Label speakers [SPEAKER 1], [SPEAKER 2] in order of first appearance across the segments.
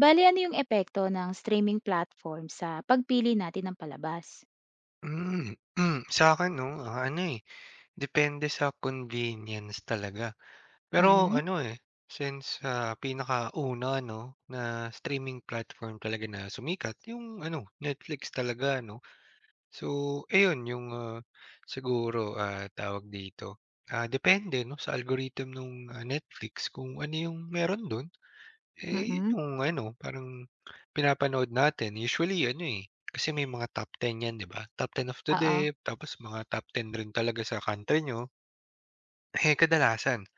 [SPEAKER 1] Bali ano yung epekto ng streaming platform sa pagpili natin ng palabas?
[SPEAKER 2] Hmm, hmm. Sa'kin 'no, ah, ano, eh, depende sa convenience talaga. Pero
[SPEAKER 1] Mm,
[SPEAKER 2] ano, eh, since, ah, pinakauna 'no, na streaming platform talaga na sumikat yung ano, Netflix talaga 'no. So ayun yung, ah, siguro, ah, tawag dito, ah, depende 'no, sa algorithm ng Netflix kung ano yung meron dun. Eh, yun
[SPEAKER 1] mm.
[SPEAKER 2] yung ano, parang pinapanood natin usually ano, eh, kasi may mga top 10 'yan 'di ba? Top 10 of the day,
[SPEAKER 1] Oo.
[SPEAKER 2] tapos mga top 10 rin talaga sa country niyo. Eh, kadalasan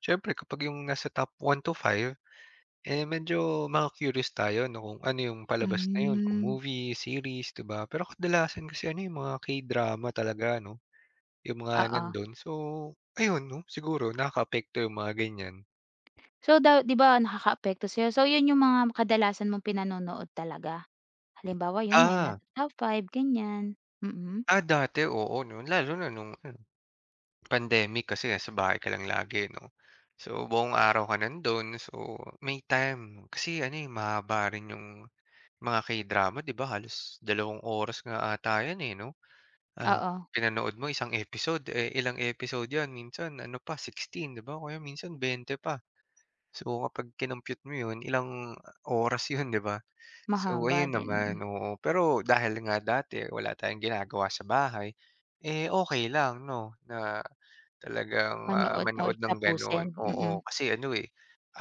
[SPEAKER 2] siyempre kapag yung nasa top 1 to five eh, medyo maku-curious tayo 'no, kung ano yung palabas na yun, kung
[SPEAKER 1] Hmm,
[SPEAKER 2] movie, series 'di ba? Pero kadalasan kasi ano, eh, mga K-drama talaga 'no, yung mga
[SPEAKER 1] oo.
[SPEAKER 2] nandun. So, ayun 'no, siguro nakakaapekto yung mga ganyan.
[SPEAKER 1] So daw 'di ba nakakaapekto sa'yo, so yun yung mga kadalasan mong pinanonood talaga? Halimbawa yun nga yung
[SPEAKER 2] Ah,
[SPEAKER 1] nasa top five ganyan. Mm.
[SPEAKER 2] ah, dati oo 'no, lalo na nung pandemic kasi nasa bahay ka lang lagi 'no. So, buong araw ka nandun. So, may time kasi ano, eh, mahaba rin yung mga K-drama 'di ba halos 2 oras nga ata 'yan, eh, 'no? Ah,
[SPEAKER 1] Oo,
[SPEAKER 2] pinanood mo isang episode, eh, ilang episode 'yan minsan ano pa 16 'di ba kaya minsan 20 pa. So, kapag kinompyut mo 'yun ilang oras 'yun 'di ba? So,
[SPEAKER 1] mahaba
[SPEAKER 2] ayun
[SPEAKER 1] din,
[SPEAKER 2] naman,
[SPEAKER 1] mm.
[SPEAKER 2] oo. Pero dahil nga dati wala tayong ginagawa sa bahay, eh, okay lang 'no na talagang, ah,
[SPEAKER 1] Manood or
[SPEAKER 2] manood ng gano'n,
[SPEAKER 1] tapusin, mm,
[SPEAKER 2] oo. Kasi ano, eh,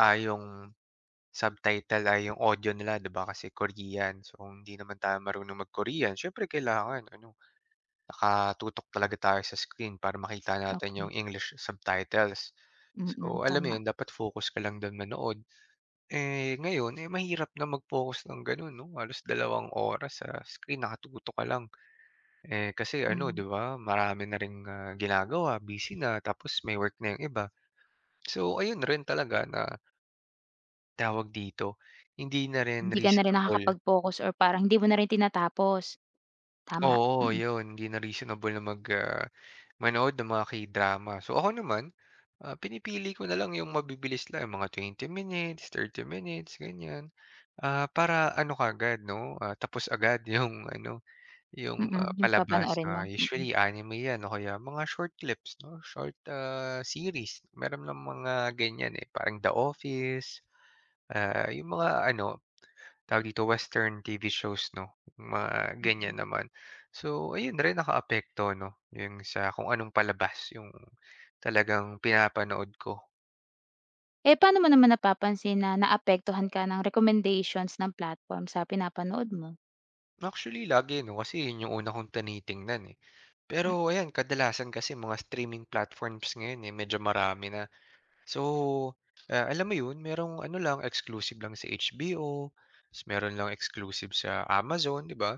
[SPEAKER 2] ah, yung subtitle ay yung audio nila 'di ba kasi Korean. So, kung hindi naman tayo marunong mag-Korean siyempre kailangan ano, nakatutok talaga tayo sa screen para makita natin yung
[SPEAKER 1] okey.
[SPEAKER 2] English subtitles.
[SPEAKER 1] Mm.
[SPEAKER 2] So, alam mo
[SPEAKER 1] Tama.
[SPEAKER 2] 'yun dapat focus ka lang do'n manood. Eh, ngayon, eh, mahirap na mag-focus ng gano'n 'no, halos 2 oras sa screen nakatutok ka lang. Eh, kasi ano
[SPEAKER 1] Hmm.
[SPEAKER 2] 'di ba marami na ring, ah, ginagawa, busy na tapos may work na yung iba. So, ayun rin talaga na tawag dito, hindi na rin
[SPEAKER 1] Hindi ka na rin
[SPEAKER 2] reasonable
[SPEAKER 1] nakakapag-focus or parang hindi mo na rin tinatapos, tama.
[SPEAKER 2] oo,
[SPEAKER 1] Mm,
[SPEAKER 2] yun, hindi na reasonable na mag, ah, manood ng mga K-drama. So, ako naman, ah, pinipili ko na lang yung mabibilis lang, yung mga 20 minutes, 30 minutes, ganyan. Ah, para ano kagad 'no, ah, tapos agad yung ano, yung,
[SPEAKER 1] mm.
[SPEAKER 2] ah,
[SPEAKER 1] Yung
[SPEAKER 2] palabas.
[SPEAKER 1] papanoorin mo,
[SPEAKER 2] Ah,
[SPEAKER 1] mm.
[SPEAKER 2] usually anime 'yan o kaya mga short clips 'no, short, ah, series. Meron ng mga ganyan, eh, parang The Office, ah, yung mga ano tawag dito, western TV shows 'no, mga ganyan naman. So, ayun rin nakaapekto 'no, yung sa kung anong palabas yung talagang pinapanood ko.
[SPEAKER 1] Paano mo naman napapansin na naapektuhan ka ng recommendations ng platform sa pinapanood mo?
[SPEAKER 2] Actually lagi 'no, kasi yun yung una kong tinitingnan, eh. Pero ayan, kadalasan kasi mga streaming platforms ngayon, eh, medyo marami na. So, ah, alam mo yun, merong ano lang, exclusive lang sa HBO, ta's meron lang exclusive sa Amazon, 'di ba?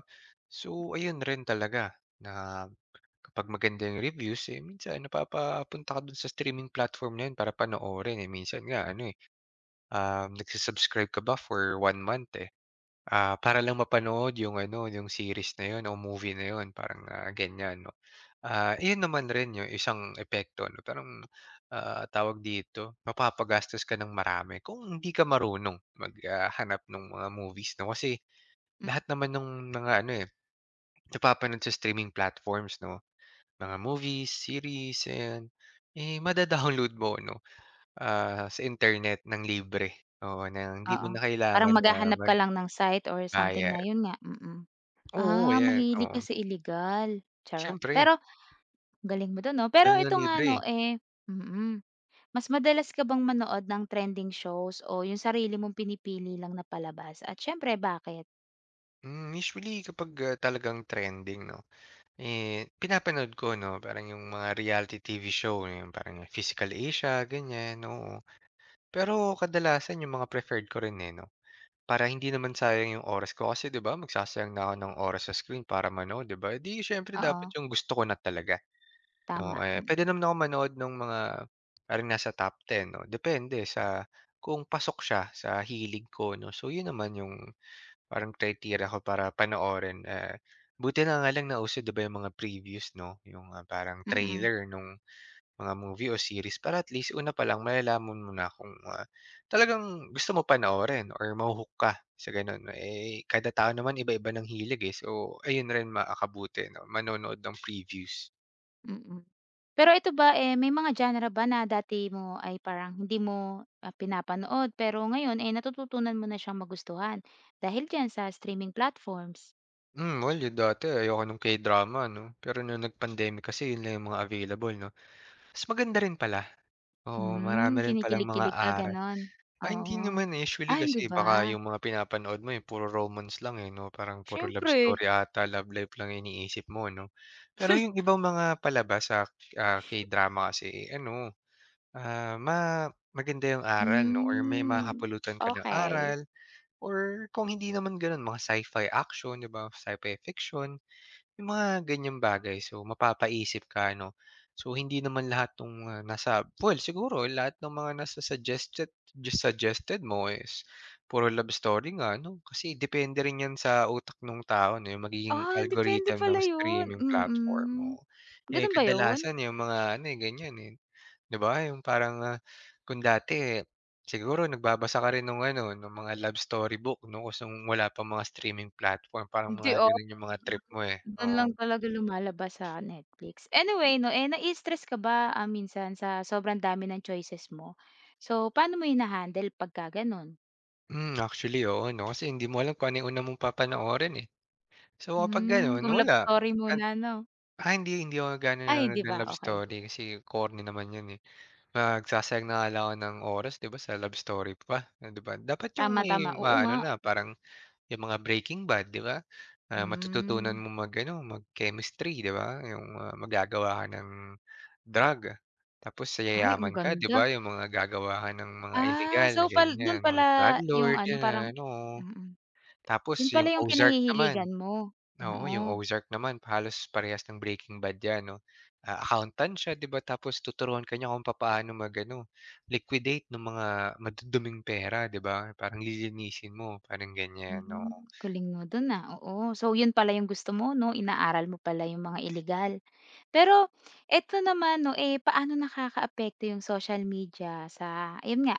[SPEAKER 2] So, ayun rin talaga na kapag maganda yung reviews, eh, minsan napapapunta ka dun sa streaming platform na yun para panoorin, eh. Minsan nga ano, eh, nagsu ka ba for 1 month, eh, ah, para lang mapanood yung ano, yung series na yun o movie na yun parang, ah, ganyan 'no. Ah, iyon naman rin yung isang epekto 'no, parang, ah, tawag dito, mapapagastos ka ng marami kung hindi ka marunong maghanap ng mga movies 'no. Kasi
[SPEAKER 1] Mm,
[SPEAKER 2] lahat naman ng mga ano, eh, napapanood sa streaming platforms 'no mga movies, series, ayan. Eh, mada-download mo 'no, ah, sa internet ng libre, oo, na hindi mo
[SPEAKER 1] oo.
[SPEAKER 2] na
[SPEAKER 1] Parang
[SPEAKER 2] kailangan na
[SPEAKER 1] maghahanap ka lang ng site or something
[SPEAKER 2] magbayad.
[SPEAKER 1] na yun nga, mm.
[SPEAKER 2] Oo, ayan,
[SPEAKER 1] Mahilig
[SPEAKER 2] oo.
[SPEAKER 1] ka sa ilegal, charot.
[SPEAKER 2] Siyempre,
[SPEAKER 1] Pero galing mo dun 'no. Pero
[SPEAKER 2] dahil nga
[SPEAKER 1] ito nga
[SPEAKER 2] libre,
[SPEAKER 1] 'no,
[SPEAKER 2] eh.
[SPEAKER 1] mm. Mas madalas ka bang manood ng trending shows o yung sarili mong pinipili lang na palabas at siyempre bakit?
[SPEAKER 2] Hmm, usually kapag, ah, talagang trending 'no, eh, pinapanood ko 'no, parang yung mga reality TV show, yung parang Physical Asia, ganyan, oo. Pero kadalasan yung mga preferred ko rin, eh, 'no. Para hindi naman sayang yung oras ko kasi 'di ba, magsasayang na ako ng oras sa screen para manood 'di ba, eh, 'di siyempre dapat
[SPEAKER 1] Oo,
[SPEAKER 2] yung gusto ko na talaga 'no.
[SPEAKER 1] tama,
[SPEAKER 2] Eh,
[SPEAKER 1] mm,
[SPEAKER 2] puwede naman akong manood nung mga parang nasa top 10, 'no, depende sa kung pasok siya sa hilig ko 'no. So yun naman yung parang criteria ko para panoorin, eh, buti na nga lang nauso 'di ba yung mga previews 'no, yung, ah, parang
[SPEAKER 1] mm.
[SPEAKER 2] trailer nung mga movie o series para at least una pa lang malalaman mo na kung, ah, talagang gusto mo panoorin or mahu ka sa gano'n. Eh, kada tao naman iba-iba ng hilig, eh. So, ayun rin makakabuti 'no, manonood ng previews.
[SPEAKER 1] Mm. Pero ito ba, may mga genre ba na dati mo ay parang hindi mo, pinapanood pero ngayon, natututunan mo na siyang magustuhan dahil diyan sa streaming platforms?
[SPEAKER 2] Hmm, well, yung dati ayoko nung K-drama 'no, pero nung nag-pandemic kasi yun lang yung mga available 'no. Mas maganda rin pala, oo,
[SPEAKER 1] Hmm,
[SPEAKER 2] marami rin palang mga
[SPEAKER 1] kinikilig-kilig ka
[SPEAKER 2] aral.
[SPEAKER 1] gano'n?
[SPEAKER 2] Ah, hindi
[SPEAKER 1] Oo.
[SPEAKER 2] naman, eh. Usually
[SPEAKER 1] Ay hindi
[SPEAKER 2] kasi
[SPEAKER 1] ba?
[SPEAKER 2] baka yung mga pinapanood mo, eh, puro romance lang, eh, 'no? Parang puro love
[SPEAKER 1] Siyempre.
[SPEAKER 2] story ata, love life lang yung iniisip mo, 'no? Pero yung ibang mga palabas sa, ah, K-drama kasi, eh, ano, ah, maganda yung aral, 'no, or may
[SPEAKER 1] Hmm,
[SPEAKER 2] mahapulutan ka ng
[SPEAKER 1] okey.
[SPEAKER 2] aral or kung hindi naman gano'n, mga sci-fi action, 'di ba, sci-fi fiction. Yung mga ganyang bagay so mapapaisip ka ano. So hindi naman lahat ng mga nasa well siguro lahat ng mga nasa suggested just suggested mo is puro love story nga 'no, kasi depende rin 'yan sa utak ng tao 'no, yung magiging
[SPEAKER 1] Ah, depende
[SPEAKER 2] algorithm ng
[SPEAKER 1] pala 'yun,
[SPEAKER 2] streaming platform
[SPEAKER 1] mm.
[SPEAKER 2] mo. Eh,
[SPEAKER 1] Gano'n ba 'yun?
[SPEAKER 2] kadalasan yung mga ano, eh, ganyan, eh, 'di ba yung parang, ah, kung dati siguro nagbabasa ka rin nung ano, ng mga love story book 'no, ta's nung wala pa mga streaming platform parang
[SPEAKER 1] Hindi,
[SPEAKER 2] mga
[SPEAKER 1] ah
[SPEAKER 2] gano'n yung mga trip mo, eh,
[SPEAKER 1] Don
[SPEAKER 2] oo.
[SPEAKER 1] lang talaga lumalabas sa Netflix. Anyway 'no, nai-stress ka ba, minsan sa sobrang dami ng choices mo? So, paano mo hina-handle pagka gano'n?
[SPEAKER 2] Hmm, actually oo 'no, kasi hindi mo alam kung ano yung una mong papanoorin, eh. So, kapag
[SPEAKER 1] Hmm,
[SPEAKER 2] gano'n
[SPEAKER 1] kung love
[SPEAKER 2] wala
[SPEAKER 1] story
[SPEAKER 2] at
[SPEAKER 1] muna 'no?
[SPEAKER 2] ah, hindi hindi ako ganon
[SPEAKER 1] Ay
[SPEAKER 2] nanonood
[SPEAKER 1] hindi
[SPEAKER 2] ng
[SPEAKER 1] ba,
[SPEAKER 2] love
[SPEAKER 1] okey.
[SPEAKER 2] story kasi corny naman 'yun, eh. Magsasayang na nga lang ako ng oras 'di ba sa love story pa, ah, 'di ba? Dapat yung
[SPEAKER 1] Tama,
[SPEAKER 2] may
[SPEAKER 1] tama, oo
[SPEAKER 2] ah, ano
[SPEAKER 1] nga.
[SPEAKER 2] na parang yung mga Breaking Bad 'di ba, ah, matututunan
[SPEAKER 1] Hmm,
[SPEAKER 2] mo mag-ano, mag-chemistry 'di ba, yung, ah, maggagawa ka ng drug, tapos
[SPEAKER 1] ay ang
[SPEAKER 2] yayaman ka 'di
[SPEAKER 1] ganda.
[SPEAKER 2] ba, yung mga gagawa ka ng mga illegal
[SPEAKER 1] So pal dun
[SPEAKER 2] ganiyan, mga drug
[SPEAKER 1] pala yung
[SPEAKER 2] lord,
[SPEAKER 1] ano parang
[SPEAKER 2] 'yan, oo.
[SPEAKER 1] mm,
[SPEAKER 2] Tapos
[SPEAKER 1] yun
[SPEAKER 2] yung
[SPEAKER 1] pala yung
[SPEAKER 2] Ozark naman,
[SPEAKER 1] kinahihiligan mo?
[SPEAKER 2] oo, yung
[SPEAKER 1] Oo,
[SPEAKER 2] Ozark naman halos parehas ng Breaking Bad 'yan 'no. Ah, accountant siya 'di ba, tapos tuturuan ka niya kung papaano mag-ano, liquidate ng mga maduduming pera 'di ba, parang lilinisin mo, parang ganyan, oo.
[SPEAKER 1] hmm, galing mo dun, oo. So yun pala yung gusto mo 'no, inaaral mo pala yung mga ilegal. Pero eto naman 'no, paano nakakaapekto yung social media sa ayun nga,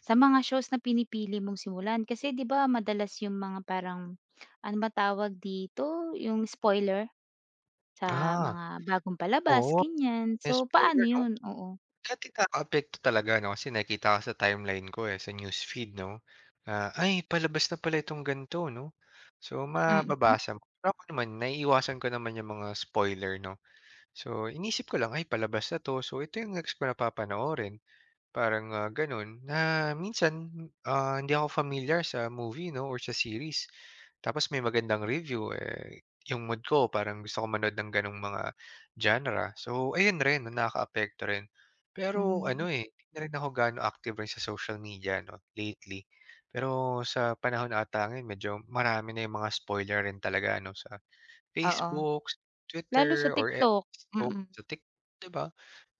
[SPEAKER 1] sa mga shows na pinipili mong simulan? Kasi 'di ba madalas yung mga parang ano ba tawag dito, yung spoiler sa
[SPEAKER 2] Ah,
[SPEAKER 1] mga bagong palabas,
[SPEAKER 2] oo,
[SPEAKER 1] ganyan. So, paano
[SPEAKER 2] spoiler 'no.
[SPEAKER 1] yun? Oo.
[SPEAKER 2] Dati nakakaapekto talaga 'no, kasi nakikita ko sa timeline ko, eh, sa newsfeed 'no, na, "Ay palabas na pala itong ganito 'no." So,
[SPEAKER 1] Mm.
[SPEAKER 2] mababasa mo. Pero ako naman naiiwasan ko naman yung mga spoiler 'no. So, inisip ko lang, ay palabas na 'to. So, ito yung next ko na papanoorin, parang, ah, gano'n. Na minsan, ah, hindi ako familiar sa movie 'no or sa series, tapos may magandang review, eh, yung mood ko parang gusto ko manood ng gano'ng mga genre. So, ayun rin no, nakakaapekto rin. Pero
[SPEAKER 1] Hmm,
[SPEAKER 2] ano, eh, hindi na rin ako gaano active rin sa social media 'no, lately. Pero sa panahon ata ngayon medyo marami na yung mga spoiler rin talaga ano sa
[SPEAKER 1] oo.
[SPEAKER 2] Facebook,
[SPEAKER 1] Lalo sa
[SPEAKER 2] Twitter, or X
[SPEAKER 1] TikTok.
[SPEAKER 2] o
[SPEAKER 1] Mm.
[SPEAKER 2] sa Tik 'di ba?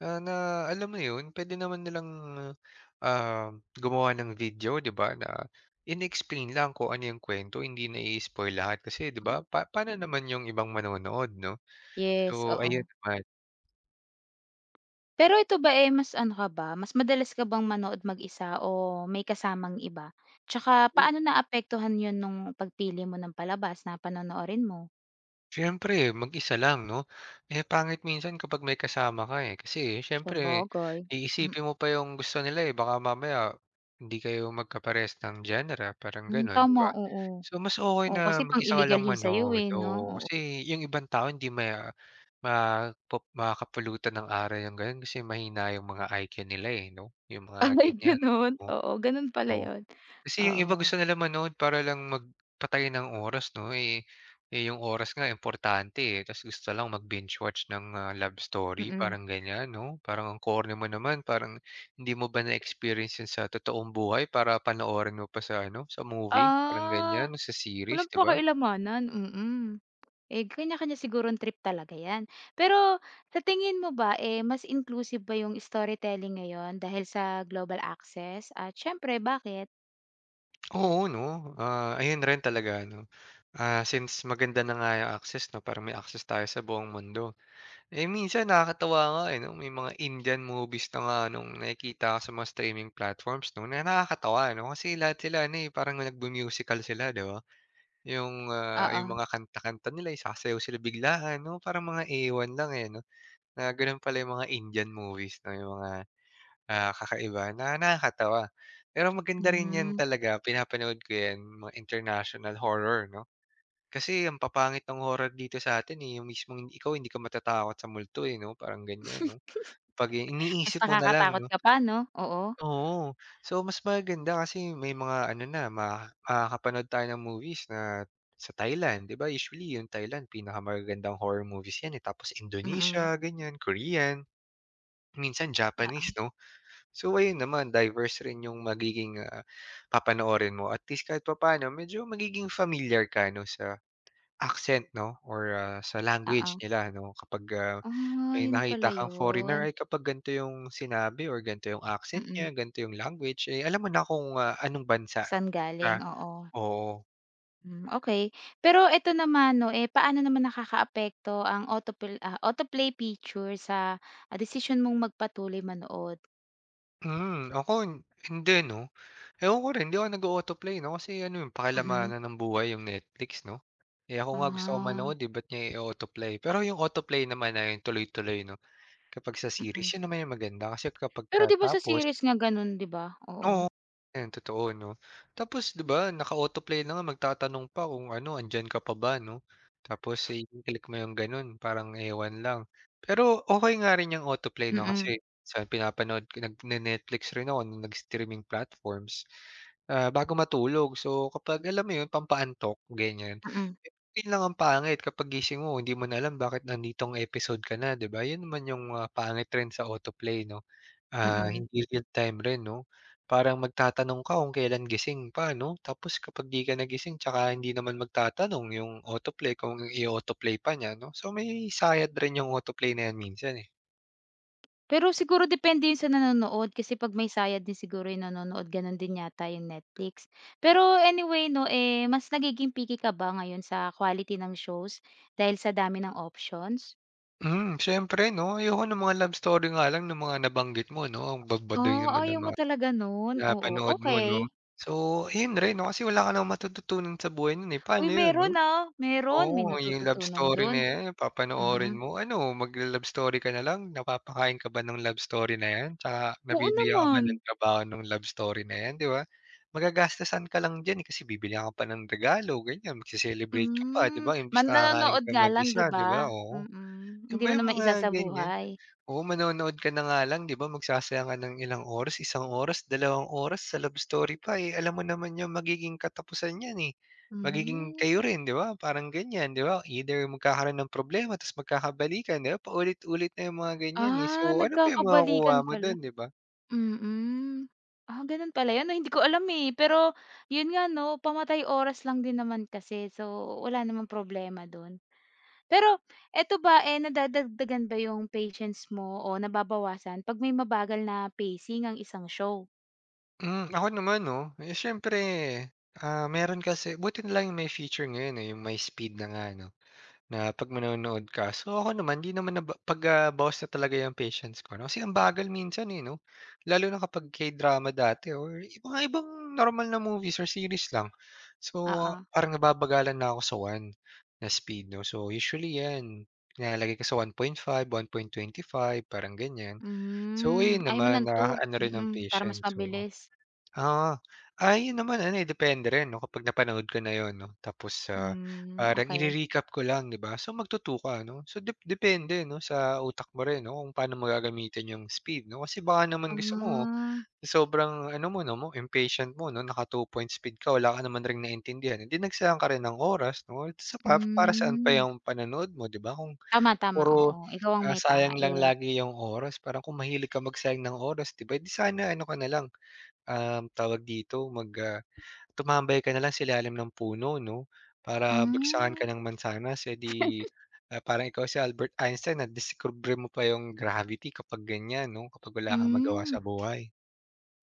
[SPEAKER 2] Ah, na alam mo 'yun, puwede naman nilang, ah, gumawa ng video 'di ba, na in-explain lang kung ano 'yung kuwento, hindi na i-spoil lahat kasi 'di ba,
[SPEAKER 1] Mm.
[SPEAKER 2] paano naman 'yung ibang manonood 'no?
[SPEAKER 1] Yes,
[SPEAKER 2] So ayun
[SPEAKER 1] oo.
[SPEAKER 2] naman.
[SPEAKER 1] Pero ito ba, mas ano ka ba, mas madalas ka bang manood mag-isa o may kasamang iba? Tsaka paano naapektuhan yun nung pagpili mo ng palabas na panonoorin mo?
[SPEAKER 2] Siyempre mag-isa lang 'no, eh, pangit minsan kapag may kasama ka, eh, kasi siyempre
[SPEAKER 1] Sabagay, mm.
[SPEAKER 2] iisipin mo pa yung gusto nila, eh, baka mamaya hindi kayo magkaparehas ng genre parang
[SPEAKER 1] Hmm,
[SPEAKER 2] gano'n, 'di
[SPEAKER 1] tama,
[SPEAKER 2] ba?
[SPEAKER 1] oo.
[SPEAKER 2] So mas okay
[SPEAKER 1] Oo,
[SPEAKER 2] na
[SPEAKER 1] kasi
[SPEAKER 2] mag-isa ka
[SPEAKER 1] pang-illegal
[SPEAKER 2] lang
[SPEAKER 1] yun sa'yo,
[SPEAKER 2] manood,
[SPEAKER 1] eh, 'no?
[SPEAKER 2] oo,
[SPEAKER 1] Oo.
[SPEAKER 2] kasi yung ibang tao hindi maya mapu makakapulutan ng aral yung gano'n kasi mahina yung mga IQ nila, eh, 'no, yung mga
[SPEAKER 1] Ay,
[SPEAKER 2] ganyan,
[SPEAKER 1] gano'n?
[SPEAKER 2] oo,
[SPEAKER 1] Oo, gano'n pala
[SPEAKER 2] oo.
[SPEAKER 1] yun.
[SPEAKER 2] Kasi yung iba
[SPEAKER 1] Oo,
[SPEAKER 2] gusto nila manood para lang magpatay ng oras 'no, eh, eh, yung oras nga importante, eh, ta's gusto lang mag-binge watch ng, ah, love story
[SPEAKER 1] mm.
[SPEAKER 2] parang ganyan 'no? Parang ang corny mo naman, parang hindi mo ba na-experience 'yun sa totoong buhay para panoorin mo pa sa ano, sa movie parang
[SPEAKER 1] Ah,
[SPEAKER 2] ganyan, no? Sa series
[SPEAKER 1] Walang
[SPEAKER 2] 'di ba?
[SPEAKER 1] pakialamanan, mm. Kanya-kanya sigurong trip talaga 'yan. Pero sa tingin mo ba, mas inclusive ba yung storytelling ngayon dahil sa global access at siyempre bakit?
[SPEAKER 2] Oo 'no, ah, ayun rin talaga ano, ah, since maganda na nga yung access 'no, parang may access tayo sa buong mundo. Eh, minsan nakakatuwa nga, eh, 'no, may mga Indian movies na nga nung nakikita ko sa mga streaming platforms 'no, na nakakatawa 'no, kasi lahat sila ano, eh, parang nagmu-musical sila, 'di ba? Yung, ah,
[SPEAKER 1] Oo,
[SPEAKER 2] yung mga kanta-kanta nila, eh, sasayaw sila biglaan 'no, parang mga ewan lang, eh, 'no, na gano'n pala yung mga Indian movies 'no, yung mga, ah, kakaiba na nakakatawa. Pero maganda rin 'yan
[SPEAKER 1] hmm.
[SPEAKER 2] talaga, pinapanood ko 'yan, mga international horror 'no. Kasi ang papangit ng horror dito sa'tin, eh, yung mismong ikaw hindi ka matatakot sa multo, eh, 'no, parang ganyan, 'no? Pag
[SPEAKER 1] Mas
[SPEAKER 2] iniisip mo na lang,
[SPEAKER 1] nakakatakot
[SPEAKER 2] 'no?
[SPEAKER 1] ka pa 'no? Oo.
[SPEAKER 2] Oo. So, mas maganda kasi may mga ano na, makakapanood tayo ng movies na sa Thailand, 'di ba usually yung Thailand pinakamagagandang horror movies 'yan, eh. Tapos Indonesia,
[SPEAKER 1] Mm,
[SPEAKER 2] ganyan, Korean, minsan Japanese,
[SPEAKER 1] oo,
[SPEAKER 2] 'no? So, ayun naman diverse rin yung magiging, papanoorin mo at least kahit papaano medyo magiging familiar ka, 'no, sa accent 'no or, sa language
[SPEAKER 1] oo.
[SPEAKER 2] nila 'no kapag,
[SPEAKER 1] Ah,
[SPEAKER 2] may
[SPEAKER 1] yun
[SPEAKER 2] nakita
[SPEAKER 1] pala
[SPEAKER 2] kang foreigner,
[SPEAKER 1] yun.
[SPEAKER 2] ay kapag ganito yung sinabi or ganito yung accent
[SPEAKER 1] Mm.
[SPEAKER 2] niya, ganito yung language, eh, alam mo na kung, anong bansa,
[SPEAKER 1] Saan galing,
[SPEAKER 2] ah,
[SPEAKER 1] oo.
[SPEAKER 2] oo.
[SPEAKER 1] Hmm, okay. Pero eto naman 'no, paano naman nakakaapekto ang autoplay, autoplay feature sa, desisyon mong magpatuloy manood?
[SPEAKER 2] Ako hindi 'no. Ewan ko rin, hindi ako nag-o-autoplay 'no kasi ano yun,
[SPEAKER 1] Mm.
[SPEAKER 2] pakilamanan ng buhay yung Netflix 'no. Eh, ako nga gusto ko
[SPEAKER 1] Ah,
[SPEAKER 2] manood, eh, ba't niya i-o-autoplay. Pero yung autoplay naman na yung tuloy-tuloy 'no, kapag sa
[SPEAKER 1] mm.
[SPEAKER 2] series, yun naman yung maganda kasi
[SPEAKER 1] Pero
[SPEAKER 2] kapagka
[SPEAKER 1] 'di ba sa
[SPEAKER 2] tapos.
[SPEAKER 1] series nga gano'n 'di ba? Oo,
[SPEAKER 2] Oo, yan totoo 'no. Tapos 'di ba naka-autoplay na nga magtatanong pa kung ano, "Andiyan ka pa ba?" 'no. Tapos, eh, i-click mo yung gano'n parang ewan lang. Pero okay nga rin yung autoplay 'no
[SPEAKER 1] mm,
[SPEAKER 2] kasi sa pinapanood ko Netflix rin ako nung nag-streaming platforms, bago matulog. So kapag alam mo yun pampaantok ganyan,
[SPEAKER 1] mm,
[SPEAKER 2] eh, yun lang ang pangit kapag gising mo hindi mo na alam bakit nanditong episode ka na 'di ba? Yun naman yung, pangit rin sa autoplay 'no. Ah,
[SPEAKER 1] mm.
[SPEAKER 2] hindi real time rin 'no? Parang magtatanong ka kung kailan gising pa 'no? Tapos kapag 'di ka nagising tsaka hindi naman magtatanong yung autoplay kung i-autoplay pa niya 'no? So, may sayad rin yung autoplay na 'yan minsan, eh.
[SPEAKER 1] Pero siguro depende 'yun sa nanonood kasi 'pag may sayad din siguro 'yung nanonood gano'n din yata 'yung Netflix. Pero anyway 'no, mas nagiging picky ka ba ngayon sa quality ng shows dahil sa dami ng options?
[SPEAKER 2] Hmm, siyempre 'no? Ayoko ng mga love story nga lang ng mga nabanggit mo 'no? Ang babadoy naman ng
[SPEAKER 1] Ayaw mo
[SPEAKER 2] mga
[SPEAKER 1] talaga no'n? Oo,
[SPEAKER 2] napanood mo
[SPEAKER 1] okey.
[SPEAKER 2] 'no? So, ayun rin 'no, kasi wala ka namang matututunan sa buhay nun, eh.
[SPEAKER 1] Uy
[SPEAKER 2] Paano yun
[SPEAKER 1] meron,
[SPEAKER 2] 'no?
[SPEAKER 1] ah, meron, may
[SPEAKER 2] Oo, yung love
[SPEAKER 1] natututunan
[SPEAKER 2] story na
[SPEAKER 1] do'n,
[SPEAKER 2] yan yung papanoorin
[SPEAKER 1] mm.
[SPEAKER 2] mo. Ano, magla-love story ka na lang? Napapakain ka ba ng love story na yan? Tsaka
[SPEAKER 1] Oo
[SPEAKER 2] nabibigyan ka ba
[SPEAKER 1] naman.
[SPEAKER 2] ng trabaho ng love story na yan, 'di ba? Magagastusan ka lang diyan, eh, kasi bibili ka pa ng regalo ganyan, magse-celebrate ka pa, 'di
[SPEAKER 1] Hmm,
[SPEAKER 2] ba? Imbis
[SPEAKER 1] man
[SPEAKER 2] na kakain
[SPEAKER 1] nanonood
[SPEAKER 2] ka
[SPEAKER 1] nga lang
[SPEAKER 2] mag-isa,
[SPEAKER 1] 'di
[SPEAKER 2] 'di ba?
[SPEAKER 1] ba?
[SPEAKER 2] Oo.
[SPEAKER 1] Mm,
[SPEAKER 2] Yun
[SPEAKER 1] hindi
[SPEAKER 2] ba
[SPEAKER 1] mo
[SPEAKER 2] yung
[SPEAKER 1] naman
[SPEAKER 2] mga ganyan?
[SPEAKER 1] isasabuhay.
[SPEAKER 2] Oo, manonood ka na nga lang 'di ba magsasayang ka ng ilang oras, isang oras, dalawang oras sa love story pa, eh, alam mo naman yung magiging katapusan niyan, eh. Magiging kayo
[SPEAKER 1] Mhm.
[SPEAKER 2] rin 'di ba parang ganyan 'di ba either magkakaroon ng problema tapos magkakabalikan 'di ba paulit-ulit na yung mga ganyan, eh.
[SPEAKER 1] Ah,
[SPEAKER 2] So, ano pa yung makukuha
[SPEAKER 1] nagkakabalikan
[SPEAKER 2] mo
[SPEAKER 1] pala,
[SPEAKER 2] dun 'di ba?
[SPEAKER 1] mm. Ah, gano'n pala 'yun 'no, hindi ko alam, eh, pero 'yun nga 'no, pamatay oras lang din naman kasi so wala namang problema do'n. Pero eto ba, nadadagdagan ba 'yung patience mo o nababawasan 'pag may mabagal na pacing ang isang show?
[SPEAKER 2] Ako naman 'no, eh, siyempre, meron kasi buti na lang yung may feature ngayon, eh, yung My Speed na nga 'no. Na 'pag manonood ka. So, ako naman 'di naman naba 'pag, bawas na talaga yung patience ko 'no, kasi ang bagal minsan, eh, 'no? Lalo na kapag K-drama dati or ibang ibang normal na movies or series lang. So,
[SPEAKER 1] Oo,
[SPEAKER 2] parang nababagalan na ako sa one na speed 'no. So, usually 'yan, nilalagay ka sa 1.5, 1.25 parang ganyan. So,
[SPEAKER 1] hmm,
[SPEAKER 2] yun
[SPEAKER 1] ayaw mo
[SPEAKER 2] naman
[SPEAKER 1] ng
[SPEAKER 2] na
[SPEAKER 1] 2,
[SPEAKER 2] ano rin ng
[SPEAKER 1] mm, para mas
[SPEAKER 2] patience, so.
[SPEAKER 1] mabilis.
[SPEAKER 2] Ah, yun naman ano, eh, depende rin 'no, kapag napanood ko na yun 'no, tapos,
[SPEAKER 1] Hmm,
[SPEAKER 2] parang
[SPEAKER 1] okey.
[SPEAKER 2] ire-recap ko lang 'di ba, so magtuto ka 'no. So depende 'no, sa utak mo rin 'no, kung paano mo gagamitin yung speed 'no, kasi baka naman gusto mo
[SPEAKER 1] Ah,
[SPEAKER 2] sobrang ano mo 'no, impatient mo 'no, naka 2 point speed ka wala ka naman ring naintindihan, eh, 'di nagsayang ka rin ng oras 'no. Sa pa para saan pa
[SPEAKER 1] hmm.
[SPEAKER 2] yung panonood mo 'di ba, kung
[SPEAKER 1] Tama, tama, oo.
[SPEAKER 2] puro,
[SPEAKER 1] Ikaw ang may tama,
[SPEAKER 2] sayang lang
[SPEAKER 1] yes.
[SPEAKER 2] lagi yung oras parang kung mahilig ka magsayang ng oras 'di ba, 'di sana ano ka na lang. Tawag dito, mag, tumambay ka na lang sa ilalim ng puno 'no, para bagsakan ka
[SPEAKER 1] Hmm,
[SPEAKER 2] ng mansanas, eh, di, parang ikaw si Albert Einstein na nadiskubre mo pa yung gravity kapag ganyan 'no, kapag wala kang magawa
[SPEAKER 1] hmm.
[SPEAKER 2] sa buhay.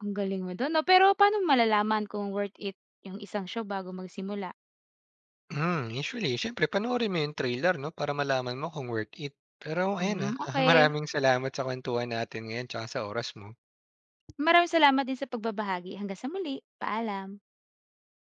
[SPEAKER 1] Ang galing mo dun 'no, pero paano mo malalaman kung worth it yung isang show bago magsimula?
[SPEAKER 2] Usually siyempre panoorin mo yung trailer 'no, para malaman mo kung worth it. Pero ayan,
[SPEAKER 1] Hmm, okey.
[SPEAKER 2] maraming salamat sa kuwentuhan natin ngayon tsaka sa oras mo.
[SPEAKER 1] Maraming salamat din sa pagbabahagi. Hanggang sa muli, paalam.